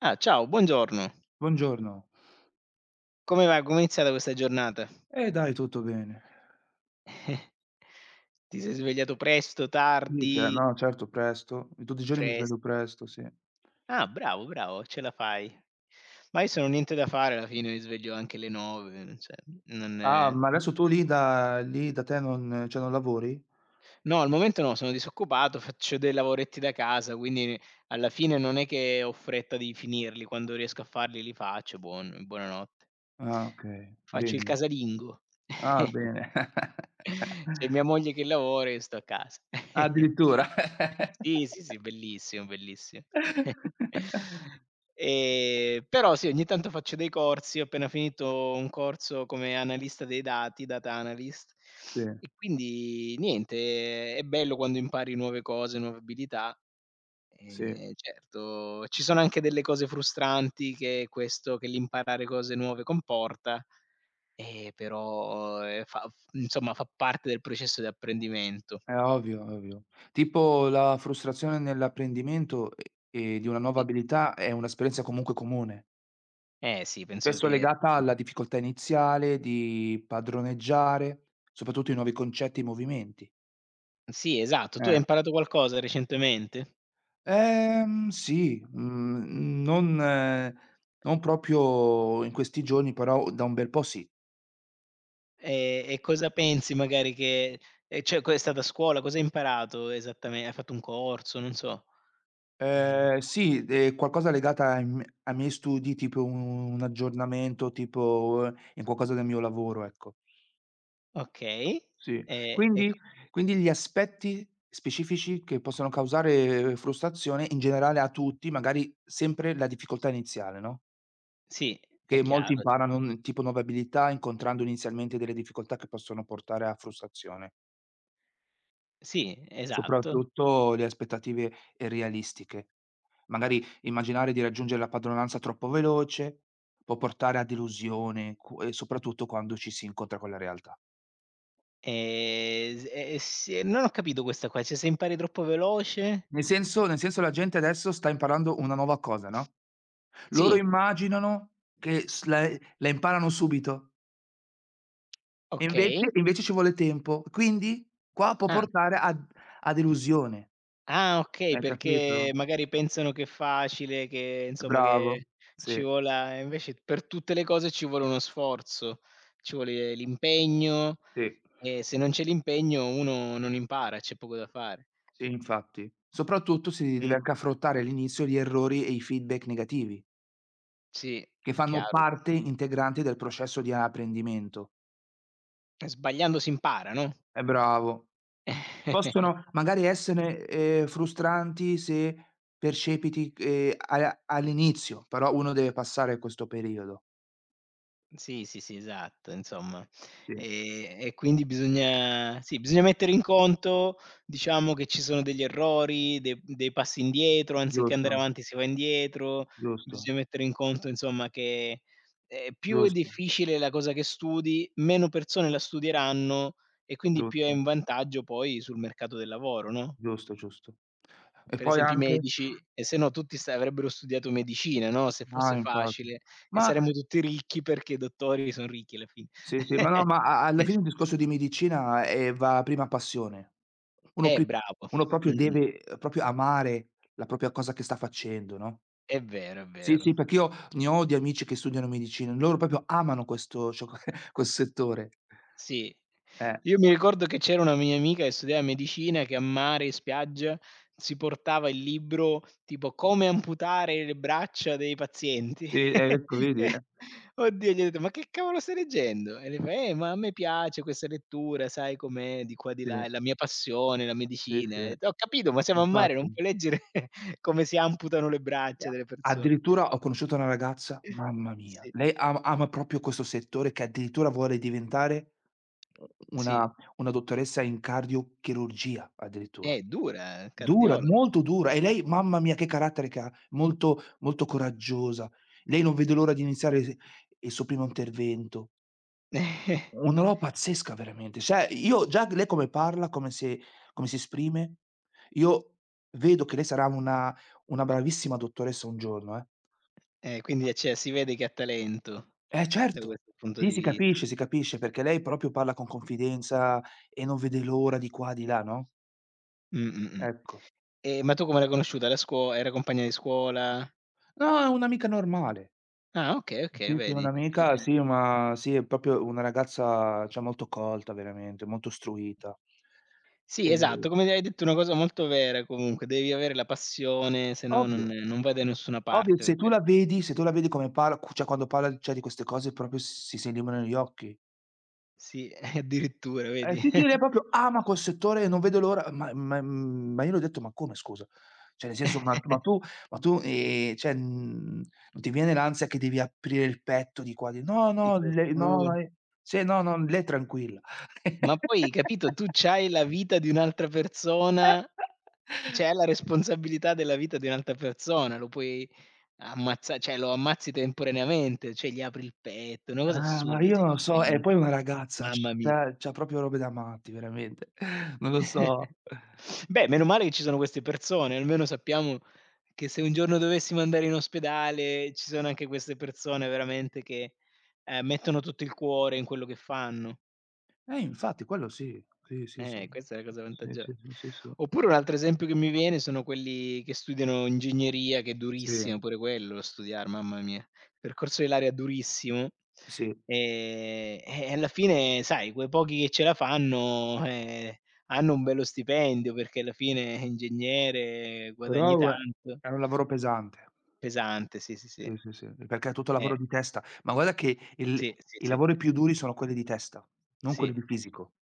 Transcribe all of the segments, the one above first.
Ah, ciao, buongiorno. Buongiorno. Come va? Come è iniziata questa giornata? Dai, tutto bene. Ti sei svegliato presto, Sì, ce tardi? no, certo, presto. Tutti i giorni mi pres sveglio presto, sì. ah, bravo, bravo, ce la fai. Ma io se non ho niente da fare alla fine mi sveglio anche alle 9, cioè, non Ah, è- ma adesso tu lì da te non cioè non lavori? no, al momento no, sono disoccupato, faccio dei lavoretti da casa, quindi alla fine non è che ho fretta di finirli, quando riesco a farli li faccio, buonanotte. Ah, okay, Faccio il bene. casalingo. Ah, bene. C'è mia moglie che lavora e io sto a casa. Ah, addirittura. Sì, sì, sì, bellissimo, bellissimo. Però sì, ogni tanto faccio dei corsi, ho appena finito un corso come analista dei dati, data analyst, Sì, e quindi niente, è bello quando impari nuove cose, nuove abilità. sì, Certo, ci sono anche delle cose frustranti che questo che l'imparare cose nuove comporta, però, fa f insomma fa parte del processo di apprendimento. è ovvio, è ovvio. Tipo la frustrazione nell'apprendimento, di una nuova I abilità è un'esperienza comunque comune. eh sì, penso Spesso che legata alla difficoltà iniziale di padroneggiare, soprattutto i nuovi concetti e movimenti. sì, esatto. Tu hai Eh. imparato qualcosa recentemente? Sì, non non proprio in questi giorni, però da un bel po' sì. E cosa pensi magari che, cioè, co è stata a scuola, cosa hai imparato, esattame hai fatto un corso, non so? Ehm, Sì, qualcosa legata ai m ai miei studi, tipo un aggiornamento, tipo in qualcosa del mio lavoro, ecco. okay. Sì. E co Quindi quindi gli aspetti specifici che possono causare frustrazione in generale a tutti, magari sempre la difficoltà iniziale, no, Sì, è che molti chiaro. imparano, tipo nuove abilità incontrando inizialmente delle difficoltà che possono portare a frustrazione, Sì, esatto. soprattutto le aspettative irrealistiche. Magari immaginare di raggiungere la padronanza troppo veloce può portare a delusione qu e soprattutto quando ci si incontra con la realtà. S e Sì, e non ho capito questa qua, cioè se impari troppo veloce? Nel senso la gente adesso sta imparando una nuova cosa, no? Sì, Loro immaginano che s la la imparano subito e okay. invece ci vuole tempo. Quindi qua può Ah. portare a a delusione. Ah, okay, Hai capito? perché magari pensano che è facile, che insomma Bravo. che Sì, ci vola e invece per tutte le cose ci vuole uno sforzo, ci vuole l'impegno, sì, e se non c'è l'impegno uno non impara, c'è poco da fare. sì, infatti. Soprattutto si deve Mh, anche affrontare all'inizio gli errori e i feedback negativi, sì, che è fanno chiaro. parte integrante del processo di apprendimento. Sbagliando si impara, no? È bravo. Possono magari essere, frustranti se percepiti, a all'inizio, però uno deve passare questo periodo. Sì, sì, sì, esatto, insomma. Sì, E quindi bisogna, sì, bisogna mettere in conto, diciamo, che ci sono degli errori, de dei passi indietro, anziché andare giusto, avanti si va indietro, giusto, bisogna mettere in conto insomma che, più è giusto, difficile la cosa che studi, meno persone la studieranno e quindi più è giusto, un vantaggio poi sul mercato del lavoro, no? giusto, giusto. E Per poi esempio i anche medici, e se no tutti sa avrebbero studiato medicina, no, se no, fosse infatti. facile, e Ma saremmo tutti ricchi perché i dottori son ricchi alla fine. sì, sì, ma no, ma a alla fine il discorso di medicina, va prima passione. Uno Eh, pri bravo, uno proprio mh-mh, deve, proprio amare la propria cosa che sta facendo, no? è vero, è Sì, sì, vero. perché io ne ho di amici che studiano medicina, loro proprio amano questo cioè que quel settore. Sì. Eh, Io mi ricordo che c'era una mia amica che studiava medicina, che a mare, in spiaggia, si portava il libro tipo "Come amputare le braccia dei pazienti". sì, ecco vedi, eh. E oddio, gli ho detto: "Ma che cavolo stai leggendo?" E lei fa: ma a me piace questa lettura, sai com'è, di qua di Sì, là, è la mia passione, la sì, medicina". sì, E ho detto: "Ho capito, ma siamo a mare, non infatti. puoi leggere come si amputano le E braccia a delle persone". addirittura ho conosciuto una ragazza, mamma mia, Sì. lei ama proprio questo settore che addirittura vuole diventare u Sì. Una dottoressa in cardiochirurgia addirittura. È dura, Dura, cardiologo. molto dura e lei mamma mia che carattere che ha, molto molto coraggiosa. Lei non vede l'ora di iniziare s il suo primo intervento. Una roba pazzesca veramente. Cioè io già lei come parla, come si come si esprime, io vedo che lei sarà una bravissima dottoressa un giorno, eh. Quindi cioè si vede che ha talento Eh da certo. questo punto Sì, di vista. Si capisce, perché lei proprio parla con confidenza e non vede l'ora di qua, di là, no, Mh, mh, mh. ecco. E ma tu come l'hai conosciuta? Alla scuo Era compagna di scuola? No, è un'amica normale. Ah, okay, okay, Sì, sì, vedi. un'amica, Eh-eh. sì, ma sì, è proprio una ragazza, cioè molto colta veramente, molto istruita. Sì, esatto, Ehm, come hai detto una cosa molto vera comunque, devi avere la passione, se no non ovvio. non vai da nessuna Ovvio, parte, se tu perché la vedi se tu la vedi come parla cu cioè quando parla, cioè, di queste cose proprio si si illuminano gli occhi. sì, addirittura, Eh vedi. sì, sì, lei proprio ama quel settore e non vede l'ora ma io le ho detto: "Ma come scusa?" Cioè nel senso: ma tu, cioè, non ti viene l'ansia che devi aprire il petto di qua di" "No, Di no, lei no, qualcuno. ma è" sì, no, no, lei è tranquilla. Ma poi, capito, tu c'hai la vita di un'altra persona, cioè hai la responsabilità della vita di un'altra persona, lo puoi ammazza, cioè lo ammazzi temporaneamente, cioè gli apri il petto, una cosa Ah, ma assurda io se non lo ci so, e pensi. poi è una ragazza, c Mamma mia. c'ha proprio robe da matti veramente. Non lo so. Beh, meno male che ci sono queste persone, almeno sappiamo che se un giorno dovessimo andare in ospedale, ci sono anche queste persone veramente che, mettono tutto il cuore in quello che fanno. Infatti quello sì. Sì, sì, sì. Questa è la cosa Sì, vantaggio, sì, sì, sì, sì. oppure un altro esempio che mi viene sono quelli che studiano ingegneria, che è Sì, durissimo pure quello studiar, mamma mia. Percorso dell'area durissimo, sì. E alla fine sai quei pochi che ce la fanno, hanno un bello stipendio perché alla fine è ingegnere, guadagni Però ue tanto. è un lavoro pesante. Pesante, sì, sì, Sì, sì. sì, sì, perché è tutto Eh, lavoro di testa. Ma guarda che il sì, sì, i sì. lavori più duri sono quelli di testa, non quelli Sì. di fisico.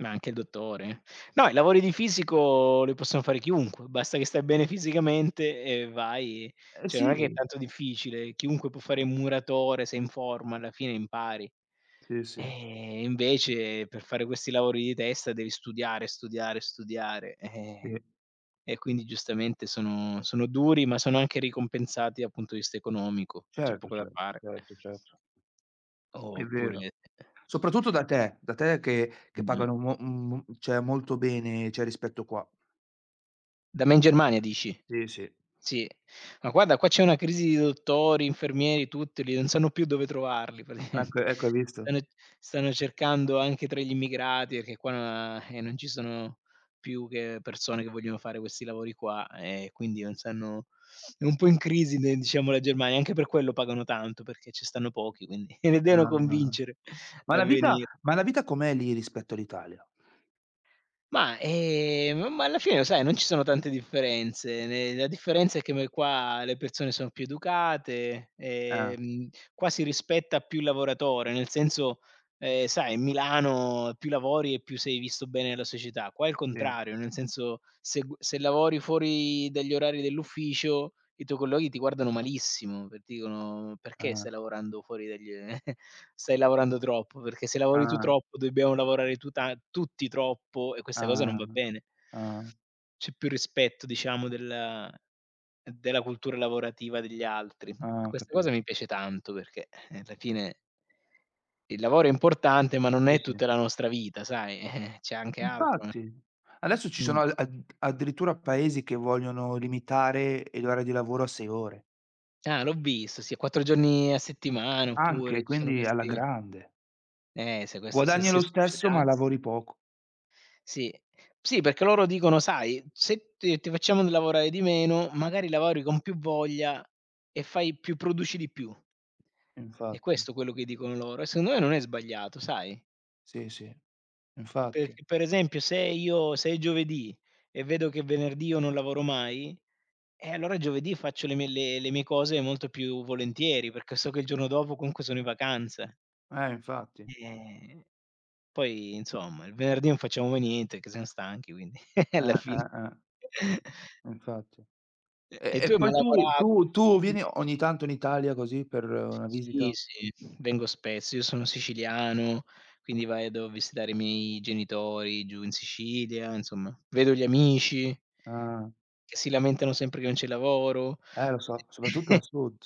Ma anche il dottore. No, i lavori di fisico li possono fare chiunque, basta che stai bene fisicamente e vai Eh cioè sì, non è che è tanto difficile, chiunque può fare il muratore se è in forma, alla fine impari. sì, sì, E invece per fare questi lavori di testa devi studiare, studiare, studiare, sì. e quindi giustamente sono duri, ma sono anche ricompensati dal punto di vista economico, c'è Certo, poco da certo, fare. certo, certo. È vero. Oppure Soprattutto da te che mh-mh. pagano mo cioè molto bene, cioè rispetto qua. Da me in Germania dici? Sì, sì. Sì. Ma guarda, qua c'è una crisi di dottori, infermieri, tutti lì, non sanno più dove trovarli Ecco praticamente. ecco hai visto? Stanno stanno cercando anche tra gli immigrati, perché qua, non ci sono più che persone che vogliono fare questi lavori qua, e quindi non sanno, è un po' in crisi, de diciamo, la Germania, anche per quello pagano tanto, perché ci stanno pochi, quindi li devono Ah. Ah, ah. convincere a veni Ma la vita com'è lì rispetto all'Italia? Ma, alla fine sai non ci sono tante differenze, ne la differenza è che me qua le persone sono più educate, Ah, qua si rispetta più il lavoratore, nel senso, sai in Milano più lavori e più sei visto bene dalla società, qua è il sì, contrario, nel senso se lavori fuori dagli orari dell'ufficio, i tuoi colleghi ti guardano malissimo, per dicono: "Perché ah, stai lavorando fuori dagli stai lavorando troppo, perché se lavori tu ah, troppo dobbiamo lavorare tu ta tutti troppo e questa cosa non ah, va bene." ah, C'è più rispetto, diciamo, della cultura lavorativa degli altri. ah, ho Questa cosa mi capito. piace tanto perché, alla fine il lavoro è importante, ma non Sì, è sì. tutta la nostra vita, sai, c'è anche altro. Infatti. Adesso ci Mh. sono a ad addirittura paesi che vogliono limitare e l'ora di lavoro a 6 ore. Ah, l'ho visto, sì, 4 giorni a settimana, oppure Anche, ci sono quindi alla questi. grande. Se questo se Guadagni se lo stesso, ma succedess, lavori poco. sì. Sì, perché loro dicono: "Sai, se ti facciamo n lavorare di meno, magari lavori con più voglia e fai più produci di più". È Infatti. questo quello che dicono loro e secondo me non è sbagliato, sai? Sì, sì. Infatti. Perché per esempio se io se è giovedì e vedo che venerdì io non lavoro mai, allora giovedì faccio le mie cose molto più volentieri, perché so che il giorno dopo comunque sono in vacanza. Infatti. Eh, poi insomma il venerdì non facevamo niente, che siam stanchi, quindi alla fine Eh. Eh, infatti. E e tu E hai mai poi tu lavorato? tu tu vieni ogni tanto in Italia così per una Sì, visita? sì, vengo spesso. Io sono siciliano, quindi vado a visitare i miei genitori giù in Sicilia, insomma. Vedo gli amici Ah, che si lamentano sempre che non c'è lavoro. Lo so, soprattutto al sud.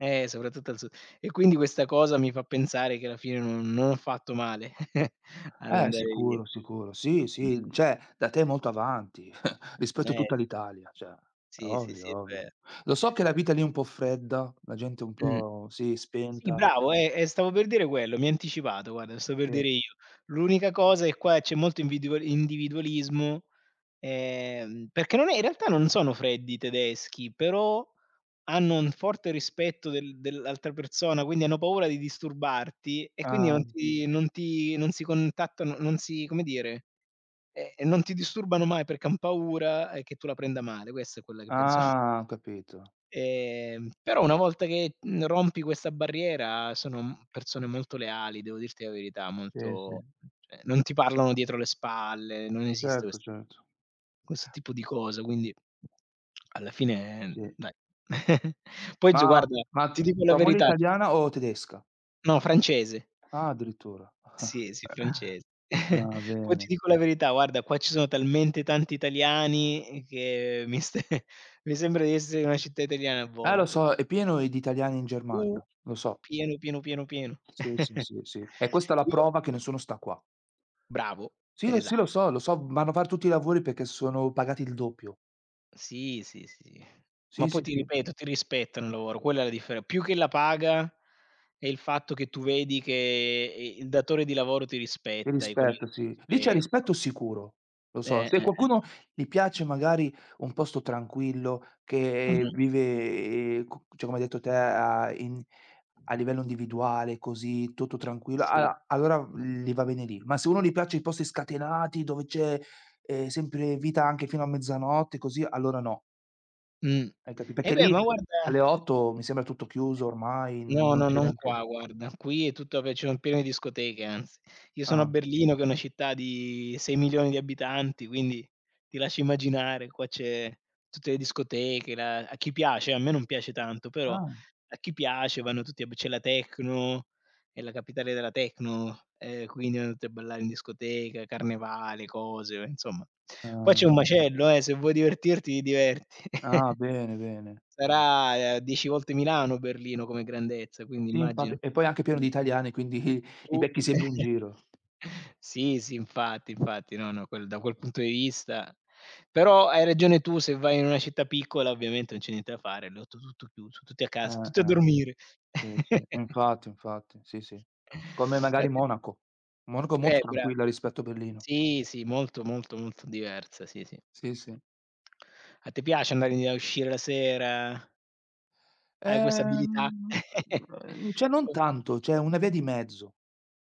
Soprattutto al sud. E quindi questa cosa mi fa pensare che alla fine non ho fatto male ad andare via. Sicuro, sicuro. Sì, Sì. sì, cioè da te è molto avanti rispetto a Eh, tutta l'Italia, cioè sì, sì, ovvio, sì, è ovvio. vero. Lo so che la vita lì è un po' fredda, la gente è un Mh. po' sì, Sì, spenta. bravo, stavo per dire quello, mi hai anticipato, guarda, lo stavo per Sì. dire io. L'unica cosa è qua c'è molto invidio individualismo, perché non è, in realtà non sono freddi i tedeschi, però hanno un forte rispetto del dell'altra persona, quindi hanno paura di disturbarti e quindi Ah, non si contattano, non si come dire, non ti disturbano mai perché han paura, che tu la prenda male, questa è quella che penso. ah, ho capito. Però una volta che, rompi questa barriera sono, persone molto leali, devo dirti la verità, Sì, sì, molto, cioè non ti parlano dietro le spalle, non esiste certo, certo, questo tipo di cosa, quindi alla fine, sì. dai. Poi giù guarda, ti Ma dico la tua moglie è verità, italiana o tedesca? no, francese. Ah, addirittura. Sì, sì, francese. Ah, Poi ti bene. dico la verità, guarda, qua ci sono talmente tanti italiani che mi ste mi sembra di essere in una città italiana a Lo volte. so, è pieno di italiani in Uh, Germania, lo so. pieno, pieno, pieno, pieno. Sì, sì, sì, sì. E questa è la Io prova che nessuno sta qua. bravo, Sì, esa lo so, vanno a far tutti i lavori perché sono pagati il doppio. sì, sì, sì. Ma Sì, poi sì, ti sì. ripeto, ti rispettano il lavoro, quella è la differen più che la paga, è il fatto che tu vedi che i il datore di lavoro ti Di rispetta, i rispetto, colleghi ti sì. Lì c'è rispettano. rispetto sicuro, lo so. Se Eh. qualcuno gli piace magari un posto tranquillo, che Mh. vive, co cioè come hai detto te, a in a livello individuale, così, tutto tranquillo, Sì. a allora gli va bene lì. Ma se uno gli piace i posti scatenati, dove c'è, sempre vita anche fino a mezzanotte, così, allora no, Mh. hai capi E perché beh, lì ma guarda. alle 8 mi sembra tutto chiuso ormai, No, non no, c'è non neanche qua, guarda. Qui è tutto, vabbè, ci sono piene discoteche, anzi. Io sono a ah, Berlino che è una città di 6.000.000 di abitanti, quindi ti lascio immaginare, qua c'è tutte le discoteche, la, a chi piace, a me non piace tanto, però ah, a chi piace vanno tutti a b c'è la techno, è la capitale della techno, quindi vanno tutti a ballare in discoteca, carnevale, cose, insomma. Qua c'è ah, un macello, se vuoi divertirti ti diverti. ah, bene, bene. Sarà, 10 volte Milano Berlino come grandezza, quindi Sì, immagina. infatti e poi è anche pieno Mh, di italiani, quindi u li becchi sempre in giro. sì, sì, infatti, infatti, no, no, quel da quel punto di vista però hai ragione tu, se vai in una città piccola ovviamente non c'è niente da fare, lì è tu tutto chiuso, tutti a casa, tutti a Eh. dormire. Sì, sì, infatti, infatti, sì, sì. Come Cioè magari ti Monaco. Monaco è molto bra tranquilla rispetto a Berlino. sì, sì, molto, molto, molto diversa, sì, sì. Sì, sì. A te piace andare in a uscire la sera? Hai questa abilità? Ehm, cioè non tanto, cioè una via di mezzo.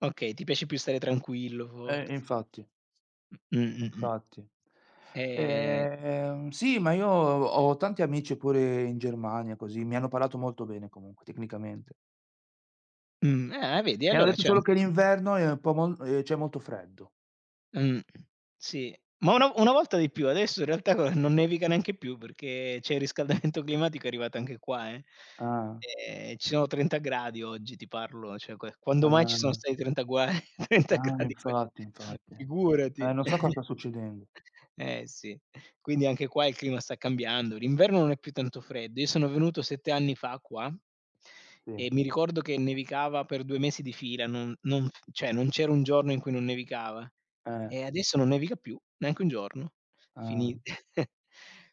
Okay, ti piace più stare tranquillo forse. Infatti, Mh, mh, mh. infatti. Ehm, Sì, ma io ho tanti amici pure in Germania, così, mi hanno parlato molto bene comunque, tecnicamente. Ah, vedi Mi hanno allora detto c'è solo che anche tu, l'inverno è un po' mol c'è molto freddo. mh, sì. Ma una volta di più, adesso in realtà guarda non nevica neanche più perché c'è il riscaldamento climatico, è arrivato anche qua, eh. Ah, Ci sono 30 gradi oggi ti parlo, cioè que quando mai ci sono ah, stati 30 gua 30 ah, gradi qua, infatti, infatti. Figurati. Non so cosa sta succedendo. Eh sì, quindi anche qua il clima sta cambiando. L'inverno non è più tanto freddo. Io sono venuto 7 anni fa qua Sì, e mi ricordo che nevicava per 2 mesi di fila, non non f cioè non c'era un giorno in cui non nevicava eh, e adesso non nevica più, neanche un giorno. ah. Fini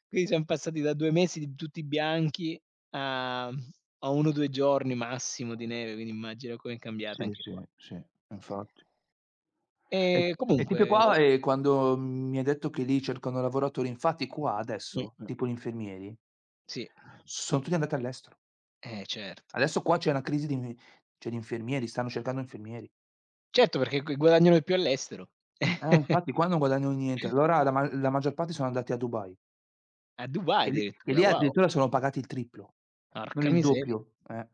quindi siam passati da 2 mesi di tutti bianchi a 1 o 2 giorni massimo di neve, quindi immagina com'è cambiata Sì, anche qua. sì, sì, infatti. E E e comunque tipo qua, quando mi hai detto che lì cercano lavoratori, infatti qua adesso, mh-mh, tipo gli infermieri sì, son tutti andati all'estero. eh, certo. Adesso qua c'è una crisi di inv cioè di infermieri, stanno cercando infermieri. Certo, perché gu guadagnano di più all'estero. Infatti qua non guadagnano niente. Allora la ma la maggior parte sono andati a Dubai, A Dubai che lì che addirittura, lì wow, addirittura sono pagati il triplo, non porca il miseria. doppio, eh.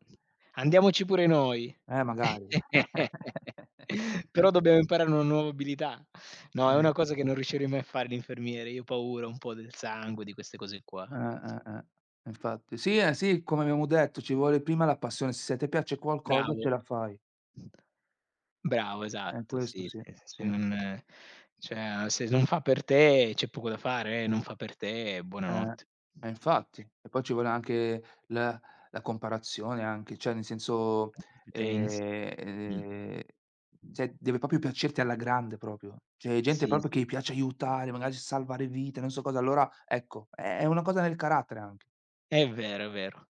Andiamoci pure noi. Magari. Però dobbiamo imparare una nuova abilità. No, è una Eh, cosa che non riuscirei mai a fare l'infermiere, io ho paura un po' del sangue, di queste cose qua. Eh. Infatti. Sì, sì, come abbiamo detto, ci vuole prima la passione. Se a te piace qualcosa ce Bravo. la fai. Bravo, esatto, Questo sì, sì, sì, sì, se sì. non, cioè se non fa per te c'è poco da fare, non fa per te, Eh, buonanotte. Infatti. E poi ci vuole anche la la comparazione anche, cioè nel senso, Competenze. ehm, Mh. ehm, cioè deve proprio piacerti alla grande proprio. C'è gente Sì, s proprio che gli piace aiutare, magari salvare vite, non so cosa. Allora ecco, è una cosa nel carattere anche. è vero, è vero.